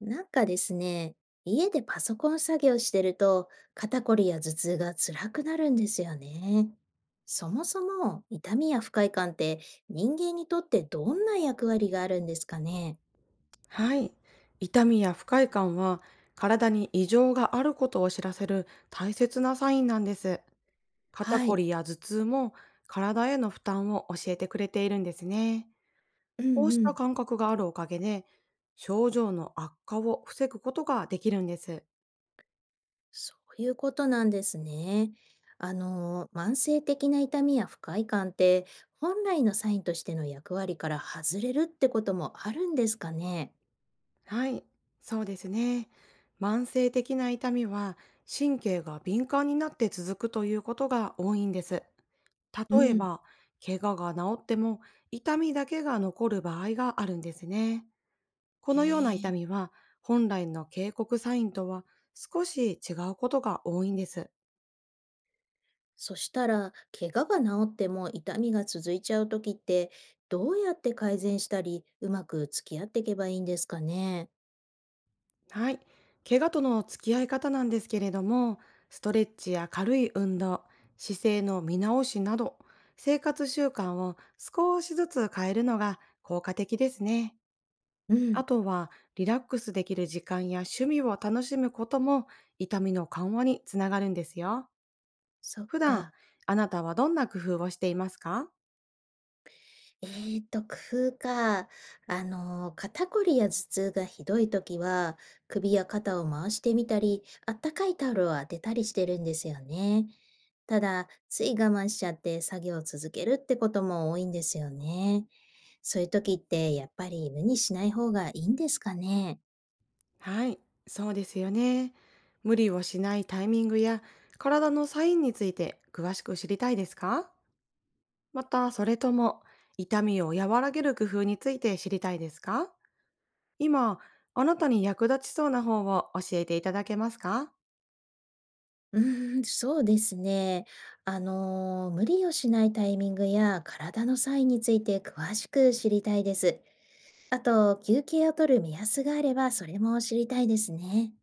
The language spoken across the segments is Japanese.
なんかですね、家でパソコン作業してると肩こりや頭痛が辛くなるんですよね。そもそも痛みや不快感って人間にとってどんな役割があるんですかね？はい。痛みや不快感は体に異常があることを知らせる大切なサインなんです。肩はこい。りや頭痛も体への負担を教えてくれているんですね。うこんうしうたん。感覚があるおかげで症状の悪化を防ぐことができるんです。そういうことなんですね。慢性的な痛みや不快感って本来のサインとしての役割から外れるってこともあるんですかね？はい。そうですね。慢性的な痛みは神経が敏感になって続くということが多いんです。う例えん。ば、怪我が治っても痛みだけが残る場合があるんですね。こへのような痛え。みは本来の警告サインとは少し違うことが多いんです。そしたら、怪我が治っても痛みが続いちゃうときって、どうやって改善したり、うまく付き合っていけばいいんですかね。はい。怪我との付き合い方なんですけれども、ストレッチや軽い運動、姿勢の見直しなど、生活習慣を少しずつ変えるのが効果的ですね。うあん、とは、リラックスできる時間や趣味を楽しむことも痛みの緩和につながるんですよ。そっ普段、か。あなたはどんな工夫をしていますか？工夫か。肩こりや頭痛がひどいときは、首や肩を回してみたり、あったかいタオルを当てたりしてるんですよね。ただ、つい我慢しちゃって作業を続けるってことも多いんですよね。そういうときって、やっぱり無にしない方がいいんですかね。はい、そうですよね。無理をしないタイミングや体のサインについて詳しく知りたいですか？また、それとも痛みを和らげる工夫について知りたいですか？今、あなたに役立ちそうな方を教えていただけますか？うーん、そうですね。無理をしないタイミングや体のサインについて詳しく知りたいです。あと、休憩を取る目安があれば、それも知りたいですね。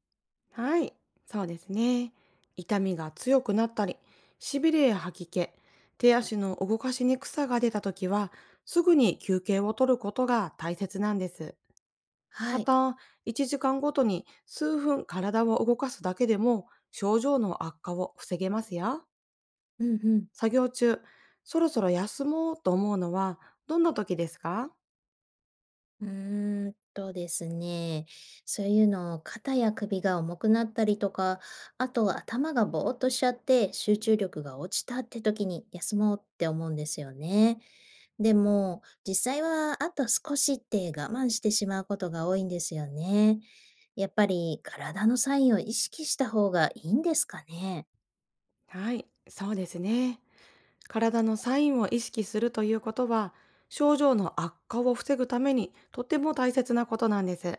はい、そうですね。痛みが強くなったり、しびれや吐き気、手足の動かしにくさが出たときは、すぐに休憩を取ることが大切なんです。まはい。た、1時間ごとに数分体を動かすだけでも症状の悪化を防げますよ。うんうん。作業中、そろそろ休もうと思うのはどんな時ですか？うーんとですね。そういうの、肩や首が重くなったりとか、あと頭がぼーっとしちゃって集中力が落ちたって時に休もうって思うんですよね。でも、実際はあと少しって我慢してしまうことが多いんですよね。やっぱり体のサインを意識した方がいいんですかね。はい、そうですね。体のサインを意識するということは、症状の悪化を防ぐためにとても大切なことなんです。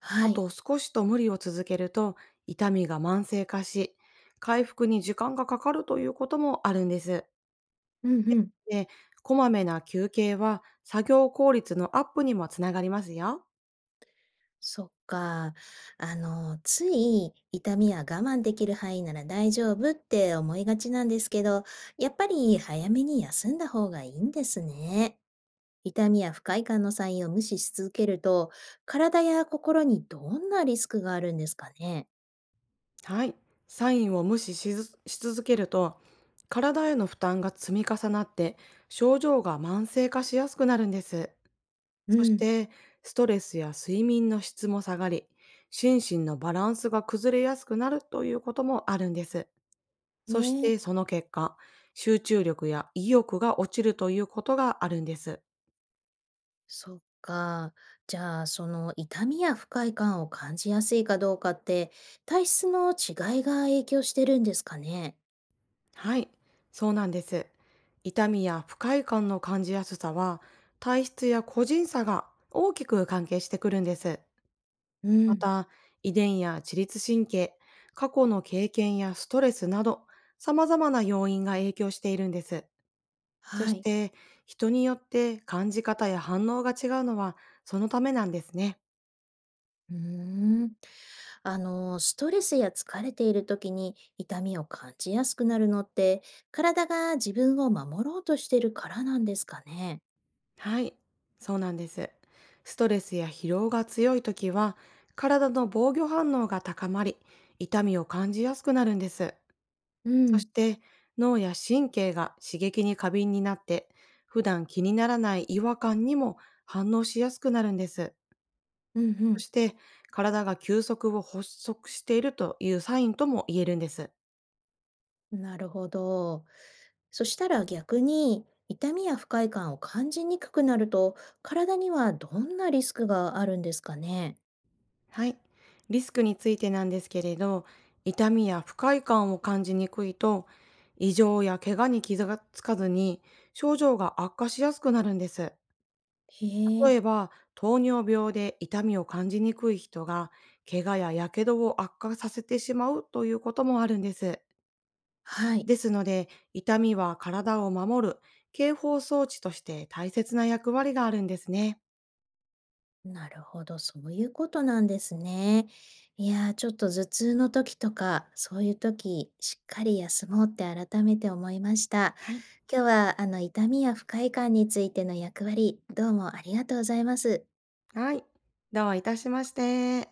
はあい。と少しと無理を続けると、痛みが慢性化し、回復に時間がかかるということもあるんです。うんうん。で、こまめな休憩は作業効率のアップにもつながりますよ。そっか。つい痛みや我慢できる範囲なら大丈夫って思いがちなんですけど、やっぱり早めに休んだ方がいいんですね。痛みや不快感のサインを無視し続けると、体や心にどんなリスクがあるんですかね。はい。サインを無視しずし続けると、体への負担が積み重なって、症状が慢性化しやすくなるんです。うそしん。て、ストレスや睡眠の質も下がり、心身のバランスが崩れやすくなるということもあるんです。そえしえ、て、その結果、集中力や意欲が落ちるということがあるんです。そっか。じゃあ、その痛みや不快感を感じやすいかどうかって、体質の違いが影響してるんですかね。はい、そうなんです。痛みや不快感の感じやすさは、体質や個人差が大きく関係してくるんです。うまん、た、遺伝や自律神経、過去の経験やストレスなど、様々な要因が影響しているんです。そはしい。て、人によって感じ方や反応が違うのは、そのためなんですね。うーん。ストレスや疲れている時に痛みを感じやすくなるのって、体が自分を守ろうとしてるからなんですかね。はい、そうなんです。ストレスや疲労が強い時は、体の防御反応が高まり、痛みを感じやすくなるんです。うそしん、て、脳や神経が刺激に過敏になって、普段気にならない違和感にも反応しやすくなるんです。うん、うそん。して、体が休息を発足しているというサインとも言えるんです。なるほど。そしたら逆に、痛みや不快感を感じにくくなると、体にはどんなリスクがあるんですかね。はい。リスクについてなんですけれど、痛みや不快感を感じにくいと、異常や怪我に傷がつかずに、症状が悪化しやすくなるんです。へ例え、えば、糖尿病で痛みを感じにくい人が、怪我ややけどを悪化させてしまうということもあるんです。はい。ですので、痛みは体を守る警報装置として大切な役割があるんですね。なるほど、そういうことなんですね。いやー、ちょっと頭痛の時とか、そういう時、しっかり休もうって改めて思いました。はい。今日は、痛みや不快感についての役割、どうもありがとうございます。はい。どういたしまして。